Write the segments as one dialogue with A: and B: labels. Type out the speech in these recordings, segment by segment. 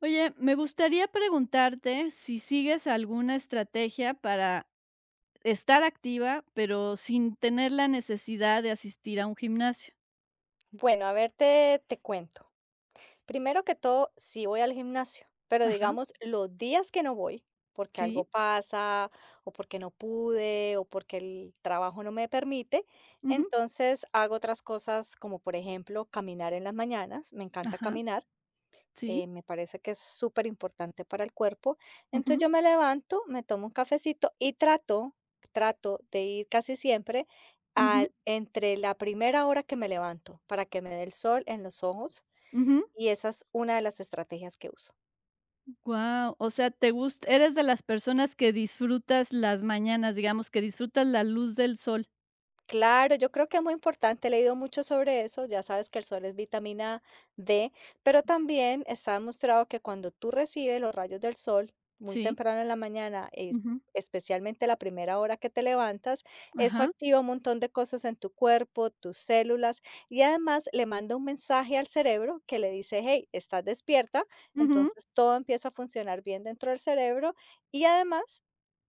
A: Oye, me gustaría preguntarte si sigues alguna estrategia para estar activa, pero sin tener la necesidad de asistir a un gimnasio.
B: Bueno, a ver, te cuento. Primero que todo, sí voy al gimnasio, pero
A: Ajá,
B: digamos, los días que no voy, porque algo
A: sí,
B: pasa, o porque no pude, o porque el trabajo no me permite,
A: ujú,
B: entonces hago otras cosas como por ejemplo caminar en las mañanas, me encanta
A: ajá,
B: caminar.
A: sí,
B: Me parece que es súper importante para el cuerpo. Entonces
A: ujú,
B: yo me levanto, me tomo un cafecito y trato de ir casi siempre
A: ujú,
B: entre la primera hora que me levanto para que me dé el sol en los ojos,
A: ujú.
B: y esa es una de las estrategias que uso.
A: Guau, o sea, te gust eres de las personas que disfrutas las mañanas, digamos, que disfrutas la luz del sol.
B: Claro, yo creo que es muy importante, he leído mucho sobre eso, ya sabes que el sol es vitamina D, pero también está demostrado que cuando tú recibes los rayos del sol muy
A: Sí,
B: temprano en la mañana,
A: ujú,
B: especialmente la primera hora que te levantas, eso
A: ajá,
B: activa un montón de cosas en tu cuerpo, tus células, y además le manda un mensaje al cerebro que le dice: "Hey, estás despierta",
A: ujú,
B: entonces todo empieza a funcionar bien dentro del cerebro y además.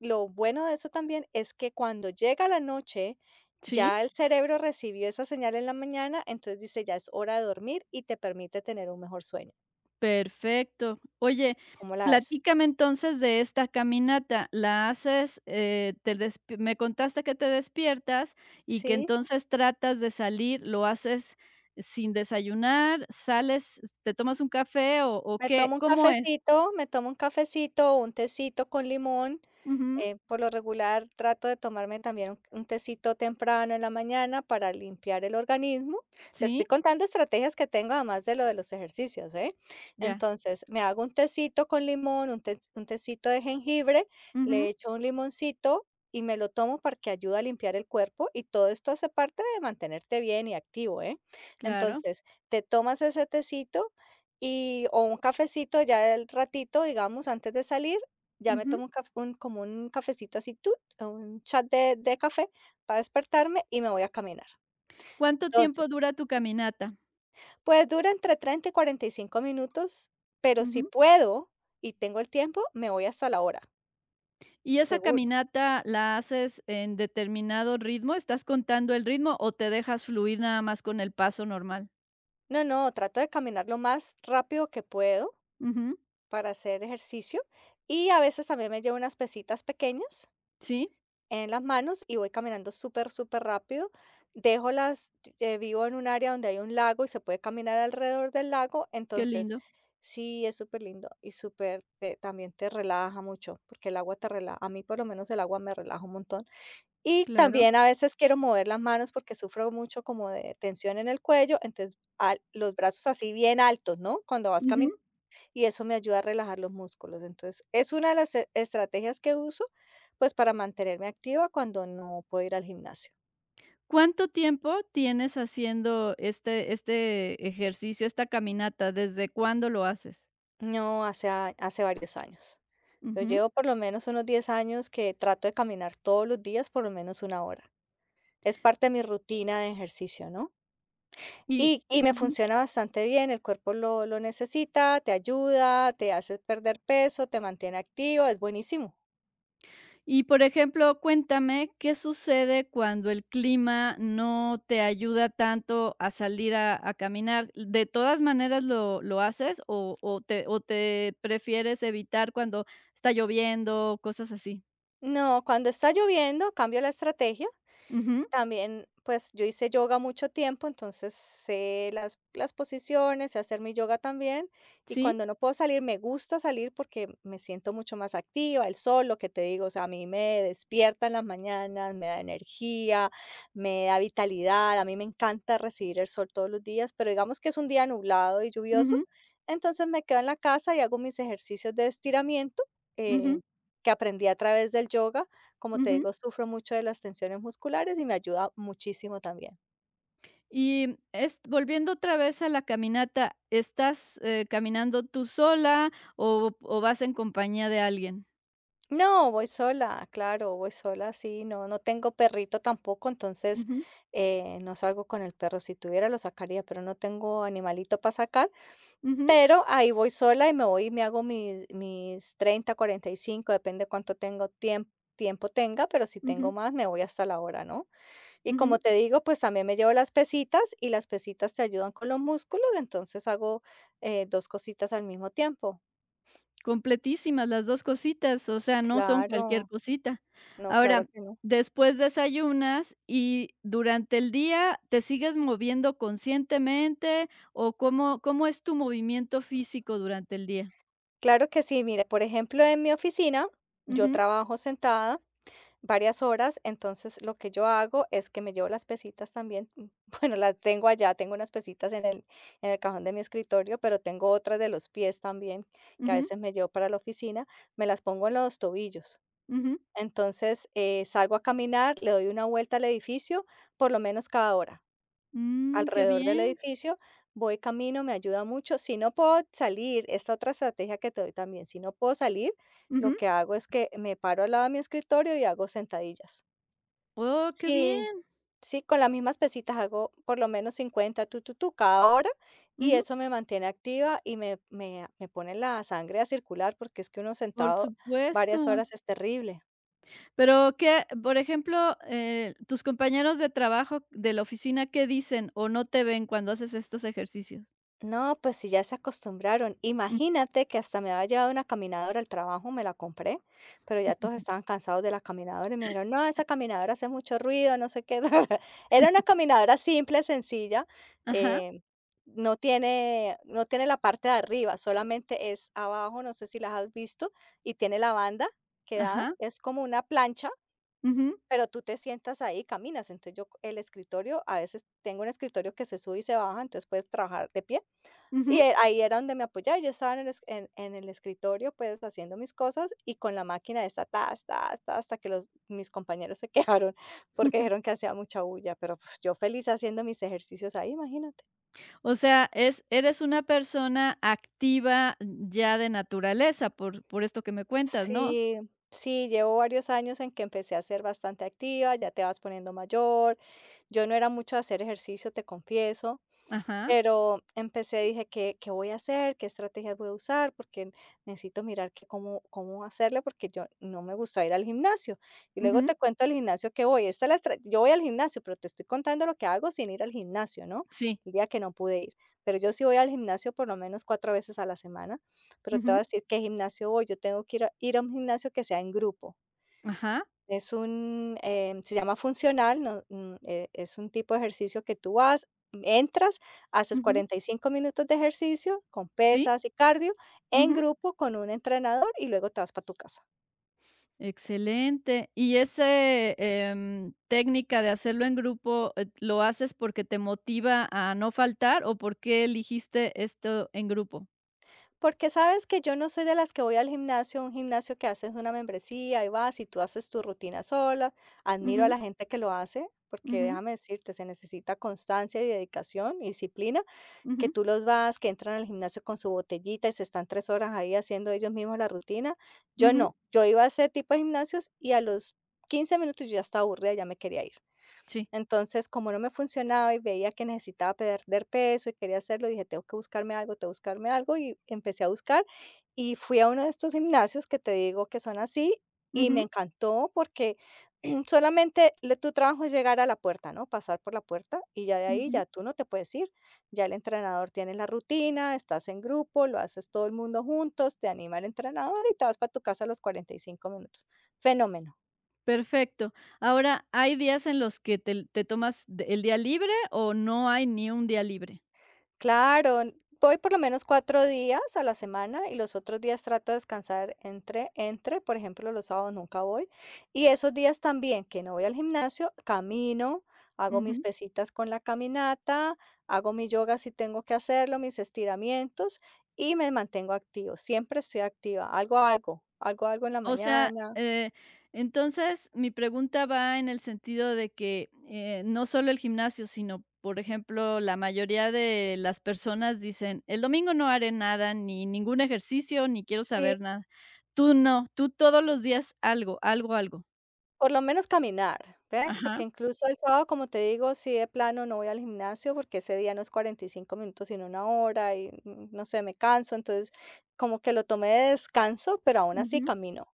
B: Lo bueno de eso también es que cuando llega la noche,
A: sí.
B: ya el cerebro recibió esa señal en la mañana, entonces dice ya es hora de dormir y te permite tener un mejor sueño.
A: Perfecto. Oye,
B: ¿Cómo la ves?
A: platícame entonces de esta caminata. ¿La haces, te desp me contaste que te despiertas y que
B: Sí.
A: entonces tratas de salir, lo haces sin desayunar, sales, te tomas un café o
B: Me
A: qué?
B: tomo un
A: ¿Cómo es?
B: cafecito, me tomo un cafecito, o un tecito con limón.
A: Ujú,
B: Por lo regular trato de tomarme también un tecito temprano en la mañana para limpiar el organismo. Te estoy
A: sí,
B: contando estrategias que tengo además de lo de los ejercicios, ¿eh?
A: ya,
B: Entonces, me hago un tecito con limón, un tecito de jengibre, le
A: ujú,
B: echo un limoncito y me lo tomo porque ayuda a limpiar el cuerpo, y todo esto hace parte de mantenerte bien y activo, ¿eh?
A: claro,
B: Entonces, te tomas ese tecito y o un cafecito ya el ratito, digamos, antes de salir, ya me
A: ujú.
B: tomo un cafecito así, tut, o un chat de café para despertarme y me voy a caminar.
A: ¿Cuánto tiempo
B: Entonces,
A: dura tu caminata?
B: pues, dura entre 30 y 45 minutos, pero si puedo y tengo el tiempo, me voy hasta la hora,
A: ¿Y esa
B: seguro.
A: caminata la haces en determinado ritmo? ¿Estás contando el ritmo o te dejas fluir nada más con el paso normal?
B: No, no, trato de caminar lo más rápido que puedo
A: Ujú,
B: para hacer ejercicio, y a veces también me llevo unas pesitas pequeñas
A: sí,
B: en las manos y voy caminando súper, súper rápido. Dejo las, Vivo en un área donde hay un lago y se puede caminar alrededor del lago,
A: qué
B: entonces
A: lindo,
B: sí es súper lindo y también te relaja mucho, porque el agua te relaja, a mí por lo menos el agua me relaja un montón. Y
A: claro.
B: también a veces quiero mover las manos porque sufro mucho como de tensión en el cuello, entonces los brazos así bien altos, ¿no? Cuando vas caminando,
A: Ujú.
B: y eso me ayuda a relajar los músculos. Entonces, es una de las estrategias que uso, pues, para mantenerme activa cuando no puedo ir al gimnasio.
A: ¿Cuánto tiempo tienes haciendo este ejercicio, esta caminata? ¿Desde cuándo lo haces?
B: No, hace varios años. Yo
A: Ujú,
B: llevo por lo menos unos 10 años que trato de caminar todos los días por lo menos una hora. Es parte de mi rutina de ejercicio, ¿no?
A: y
B: Y me
A: ujú.
B: funciona bastante bien, el cuerpo lo necesita, te ayuda, te hace perder peso, te mantiene activo, es buenísimo.
A: Y, por ejemplo, cuéntame, ¿qué sucede cuando el clima no te ayuda tanto a salir a caminar? ¿De todas maneras lo haces o te prefieres evitar cuando está lloviendo, cosas así?
B: No, cuando está lloviendo, cambio la estrategia.
A: Ujú,
B: También, pues, yo hice yoga mucho tiempo, entonces sé las posiciones, sé hacer mi yoga también, y
A: sí,
B: cuando no puedo salir, me gusta salir porque me siento mucho más activa, el sol, lo que te digo, o sea, a mí me despierta en las mañanas, me da energía, me da vitalidad, a mí me encanta recibir el sol todos los días, pero digamos que es un día nublado y lluvioso,
A: ujú,
B: entonces me quedo en la casa y hago mis ejercicios de estiramiento, eh,
A: ujú,
B: que aprendí a través del yoga. Como te
A: ujú.
B: digo, sufro mucho de las tensiones musculares y me ayuda muchísimo también.
A: Y es volviendo otra vez a la caminata, ¿estás, caminando tú sola o vas en compañía de alguien?
B: No, voy sola, claro, voy sola, sí, no, no tengo perrito tampoco, entonces
A: Ujú,
B: no salgo con el perro. Si tuviera lo sacaría, pero no tengo animalito para sacar.
A: ujú,
B: Pero ahí voy sola y me voy y me hago mis 30, 45, depende cuánto tiempo tenga, pero si tengo
A: ujú,
B: más me voy hasta la hora, ¿no? Y como
A: ujú.
B: te digo, pues también me llevo las pesitas, y las pesitas te ayudan con los músculos, entonces hago, 2 cositas al mismo tiempo.
A: Completísimas las 2 cositas, o sea, no son cualquier
B: Claro,
A: cosita.
B: no, claro
A: Ahora,
B: que no.
A: después desayunas y durante el día, ¿te sigues moviendo conscientemente o cómo es tu movimiento físico durante el día?
B: Claro que sí, mira, por ejemplo, en mi oficina, yo
A: Ujú,
B: trabajo sentada varias horas, entonces lo que yo hago es que me llevo las pesitas también, bueno, las tengo allá, tengo unas pesitas en el cajón de mi escritorio, pero tengo otras de los pies también, que a
A: ujú,
B: veces me llevo para la oficina, me las pongo en los tobillos.
A: ujú.
B: Entonces, salgo a caminar, le doy una vuelta al edificio, por lo menos cada hora,
A: Mm, qué
B: alrededor del
A: bien.
B: edificio, voy, camino, me ayuda mucho. Si no puedo salir, esta otra estrategia que te doy también, si no puedo salir, lo
A: Ujú.
B: que hago es que me paro al lado de mi escritorio y hago sentadillas.
A: Oh, qué
B: Sí,
A: bien.
B: sí, con las mismas pesitas hago por lo menos 50 tu, tu, tu cada hora, y
A: Ujú.
B: eso me mantiene activa y me pone la sangre a circular, porque es que uno
A: Por
B: sentado varias
A: supuesto.
B: horas es terrible.
A: Pero qué, por ejemplo, tus compañeros de trabajo de la oficina, ¿qué dicen o no te ven cuando haces estos ejercicios?
B: No, pues si ya se acostumbraron.
A: Mm,
B: Imagínate que hasta me había llevado una caminadora al trabajo, me la compré, pero ya todos estaban cansados de la caminadora y me dijeron: "No, esa caminadora hace mucho ruido, no sé qué". Era una caminadora simple, sencilla,
A: ajá.
B: eh, no tiene la parte de arriba, solamente es abajo, no sé si las has visto, y tiene la banda que da,
A: Ajá,
B: es como una plancha.
A: ujú,
B: Pero tú te sientas ahí y caminas. Entonces, a veces tengo un escritorio que se sube y se baja, entonces puedes trabajar de pie y,
A: ujú.
B: ahí era donde me apoyaba, yo estaba en el escritorio, pues, haciendo mis cosas y con la máquina esta, ta ta ta, hasta que los mis compañeros se quejaron porque dijeron que hacía mucha bulla, pero, pues, yo feliz haciendo mis ejercicios ahí, imagínate.
A: O sea, es eres una persona activa ya de naturaleza, por esto que me cuentas, ¿no?
B: Sí, sí, llevo varios años en que empecé a ser bastante activa, ya te vas poniendo mayor. Yo no era mucho de hacer ejercicio, te confieso.
A: Ajá,
B: Pero empecé, dije: "¿Qué voy a hacer? ¿Qué estrategias voy a usar? Porque necesito mirar que cómo hacerle, porque yo no me gusta ir al gimnasio". Y luego
A: ujú,
B: te cuento al gimnasio que voy. Esta es la estra Yo voy al gimnasio, pero te estoy contando lo que hago sin ir al gimnasio, ¿no?
A: sí,
B: El día que no pude ir. Pero yo sí voy al gimnasio por lo menos 4 veces a la semana, pero te voy a
A: ujú,
B: decir qué gimnasio voy. Yo tengo que ir a un gimnasio que sea en grupo.
A: ajá,
B: Se llama funcional, no, es un tipo de ejercicio que tú vas, entras, haces
A: ujú,
B: 45 minutos de ejercicio con
A: sí,
B: pesas y cardio en
A: ujú.
B: grupo con un entrenador, y luego te vas para tu casa.
A: Excelente. Y esa técnica de hacerlo en grupo, ¿lo haces porque te motiva a no faltar o por qué eligiste esto en grupo?
B: Porque sabes que yo no soy de las que voy al gimnasio, un gimnasio que haces una membresía y vas y tú haces tu rutina sola. Admiro a
A: Ujú,
B: la gente que lo hace, porque
A: ujú,
B: déjame decirte, se necesita constancia y dedicación y disciplina, que
A: ujú,
B: tú los vas, que entran al gimnasio con su botellita y se están 3 horas ahí haciendo ellos mismos la rutina. Yo
A: ujú,
B: no, yo iba a ese tipo de gimnasios y a los 15 minutos yo ya estaba aburrida, ya me quería ir.
A: sí,
B: Entonces, como no me funcionaba y veía que necesitaba perder peso y quería hacerlo, dije, tengo que buscarme algo, tengo que buscarme algo, y empecé a buscar y fui a uno de estos gimnasios que te digo que son así, y me
A: ujú,
B: encantó porque solamente tu trabajo es llegar a la puerta, ¿no? Pasar por la puerta y ya de ahí
A: ujú.
B: ya tú no te puedes ir. Ya el entrenador tiene la rutina, estás en grupo, lo haces todo el mundo juntos, te anima el entrenador y te vas para tu casa a los 45 minutos. Fenómeno.
A: Perfecto. Ahora, ¿hay días en los que te tomas d el día libre o no hay ni un día libre?
B: Claro, voy por lo menos 4 días a la semana y los otros días trato de descansar entre, por ejemplo, los sábados nunca voy. Y esos días también que no voy al gimnasio, camino, hago mis
A: Ujú.
B: pesitas con la caminata, hago mi yoga si tengo que hacerlo, mis estiramientos y me mantengo activo. Siempre estoy activa, algo, algo, algo, algo en la
A: O sea,
B: mañana.
A: entonces mi pregunta va en el sentido de que, no solo el gimnasio, sino, por ejemplo, la mayoría de las personas dicen: "El domingo no haré nada, ni ningún ejercicio, ni quiero
B: Sí.
A: saber nada". Tú no, tú todos los días algo, algo, algo.
B: Por lo menos caminar, ¿ves? Porque
A: Ajá.
B: incluso el sábado, como te digo, sí de plano no voy al gimnasio porque ese día no es 45 minutos, sino una hora y no sé, me canso. Entonces, como que lo tomé de descanso, pero aún así
A: Ujú,
B: camino,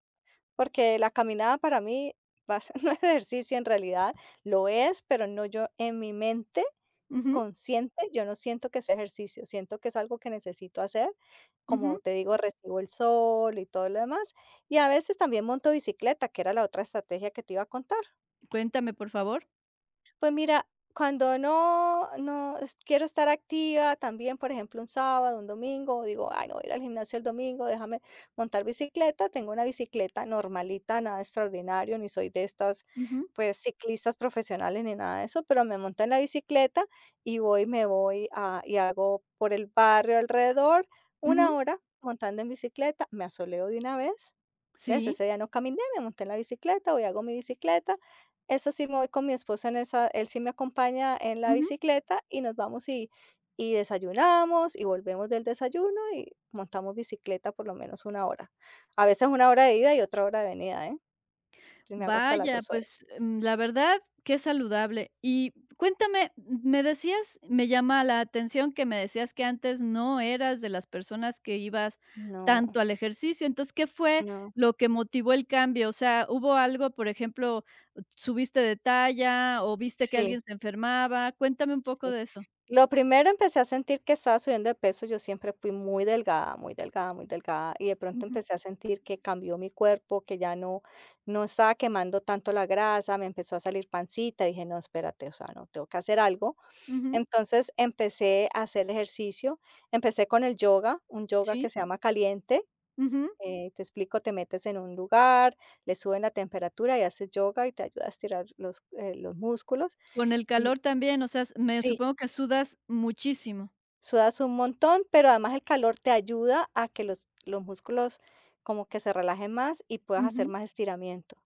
B: porque la caminada para mí no es ejercicio en realidad, lo es, pero no yo en mi mente
A: ujú,
B: consciente, yo no siento que sea ejercicio, siento que es algo que necesito hacer. Como
A: ujú.
B: te digo, recibo el sol y todo lo demás. Y a veces también monto bicicleta, que era la otra estrategia que te iba a contar.
A: Cuéntame, por favor.
B: Pues mira, cuando no, no es- quiero estar activa, también, por ejemplo, un sábado, un domingo, digo, ay, no voy a ir al gimnasio el domingo, déjame montar bicicleta. Tengo una bicicleta normalita, nada extraordinario, ni soy de estas,
A: Ujú,
B: pues, ciclistas profesionales ni nada de eso, pero me monto en la bicicleta y voy, me voy a, y hago por el barrio alrededor una
A: ujú.
B: hora montando en bicicleta, me asoleo de una vez. ¿Ves?
A: Sí.
B: Ese día no caminé, me monté en la bicicleta, voy hago mi bicicleta. Eso sí, me voy con mi esposo en esa, él sí me acompaña en la bicicleta y nos vamos y desayunamos y volvemos del desayuno y montamos bicicleta por lo menos una hora. A veces una hora de ida y otra hora de venida, ¿eh? Y me hago hasta las
A: Vaya,
B: 2 horas.
A: pues, la verdad, qué saludable. Y cuéntame, me decías, me llama la atención que me decías que antes no eras de las personas que ibas
B: No,
A: tanto al ejercicio. Entonces, ¿qué fue
B: no.
A: lo que motivó el cambio? O sea, ¿hubo algo, por ejemplo, subiste de talla o viste que
B: Sí,
A: alguien se enfermaba? Cuéntame un poco
B: sí.
A: de eso.
B: Lo primero empecé a sentir que estaba subiendo de peso, yo siempre fui muy delgada, muy delgada, muy delgada, y de pronto
A: Ujú,
B: empecé a sentir que cambió mi cuerpo, que ya no estaba quemando tanto la grasa, me empezó a salir pancita, dije, no, espérate, o sea, no, tengo que hacer algo.
A: ujú,
B: Entonces empecé a hacer ejercicio, empecé con el yoga, un yoga que
A: sí,
B: se llama caliente.
A: ujú.
B: Te explico, te metes en un lugar, le suben la temperatura y haces yoga y te ayuda a estirar los músculos.
A: Con el
B: Y,
A: calor también, o sea, s me
B: sí,
A: supongo que sudas muchísimo.
B: sudas un montón, pero además el calor te ayuda a que los músculos como que se relajen más y puedas hacer
A: Ujú,
B: más estiramiento.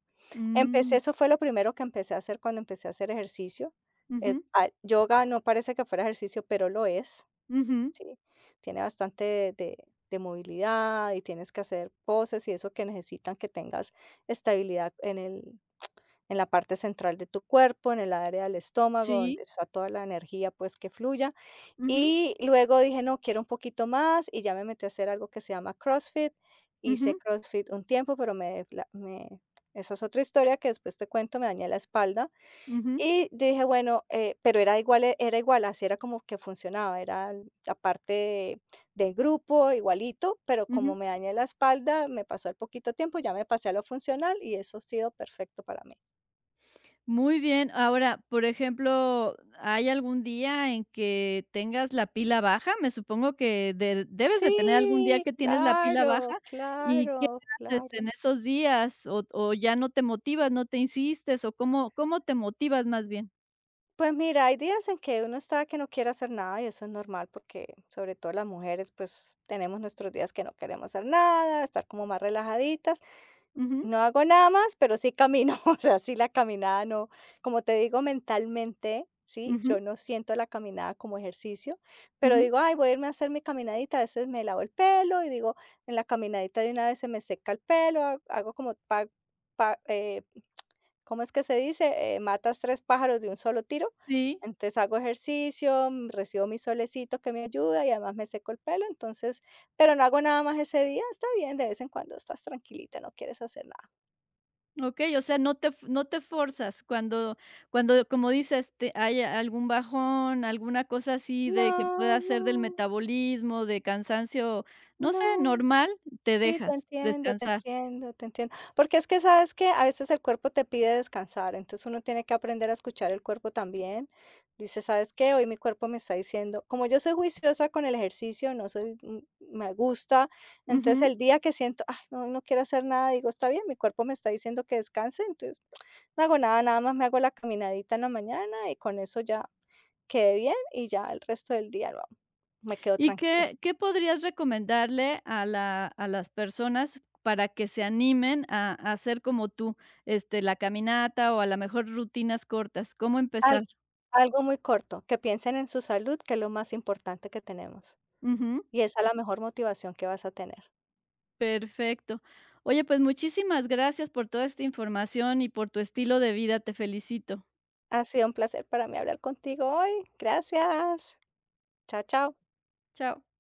B: Empecé,
A: mm,
B: eso fue lo primero que empecé a hacer cuando empecé a hacer ejercicio.
A: ujú,
B: Yoga no parece que fuera ejercicio, pero lo es,
A: ujú.
B: ¿sí? Tiene bastante de movilidad y tienes que hacer poses y eso que necesitan que tengas estabilidad en la parte central de tu cuerpo, en el área del estómago, donde
A: Sí,
B: está toda la energía pues que fluya.
A: ujú,
B: Y luego dije: "No, quiero un poquito más", y ya me metí a hacer algo que se llama CrossFit. Hice
A: ujú,
B: CrossFit un tiempo, pero me defla me esa es otra historia que después te cuento, me dañé la espalda.
A: ujú,
B: Y dije: "Bueno", pero era igual, así era como que funcionaba, era la parte de grupo igualito, pero como
A: ujú.
B: me dañé la espalda, me pasó el poquito tiempo, ya me pasé a lo funcional y eso ha sido perfecto para mí.
A: Muy bien. Ahora, por ejemplo, ¿hay algún día en que tengas la pila baja? Me supongo que de debes de tener algún día
B: Sí,
A: que tienes la pila
B: claro,
A: baja, ¿y qué
B: claro,
A: haces
B: claro.
A: en esos días? ¿O ya no te motivas, no te insistes, o cómo te motivas más bien?
B: Pues mira, hay días en que uno está que no quiere hacer nada y eso es normal porque sobre todo las mujeres pues tenemos nuestros días que no queremos hacer nada, estar como más relajaditas.
A: Ujú,
B: No hago nada más, pero sí camino, o sea, sí la caminada no, como te digo mentalmente, sí, yo
A: ujú,
B: no siento la caminada como ejercicio, pero
A: ujú.
B: digo, ay, voy a irme a hacer mi caminadita, a veces me lavo el pelo y digo, en la caminadita de una vez se me seca el pelo, hago como pa- eh, ¿cómo es que se dice? Matas 3 pájaros de un solo tiro.
A: Sí.
B: Entonces, hago ejercicio, recibo mi solecito que me ayuda y además me seco el pelo, entonces pero no hago nada más ese día, está bien, de vez en cuando estás tranquilita, no quieres hacer nada.
A: Okey, o sea, no te forzas cuando, como dices, te hay algún bajón, alguna cosa así de que
B: No,
A: pueda ser del
B: no,
A: metabolismo, de cansancio, no sé,
B: no.
A: normal, te
B: Sí, te
A: dejas
B: entiendo, te
A: descansar.
B: entiendo, te entiendo. Porque es que sabes que a veces el cuerpo te pide descansar, entonces uno tiene que aprender a escuchar el cuerpo también. Dice, ¿sabes qué? Hoy mi cuerpo me está diciendo, como yo soy juiciosa con el ejercicio, no soy, me gusta, entonces
A: Ujú.
B: el día que siento, ay, no, no quiero hacer nada, digo, está bien, mi cuerpo me está diciendo que descanse, entonces no hago nada, nada más me hago la caminadita en la mañana y con eso ya quedé bien y ya el resto del día no, me quedo
A: ¿Y
B: tranquila.
A: qué podrías recomendarle a las personas para que se animen a hacer como tú, la caminata o a lo mejor rutinas cortas? ¿Cómo empezar?
B: Algo muy corto, que piensen en su salud, que es lo más importante que tenemos,
A: Ujú.
B: y esa es la mejor motivación que vas a tener.
A: Perfecto. Oye, pues muchísimas gracias por toda esta información y por tu estilo de vida. Te felicito.
B: Ha sido un placer para mí hablar contigo hoy. Gracias. Chao, chao.
A: Chao.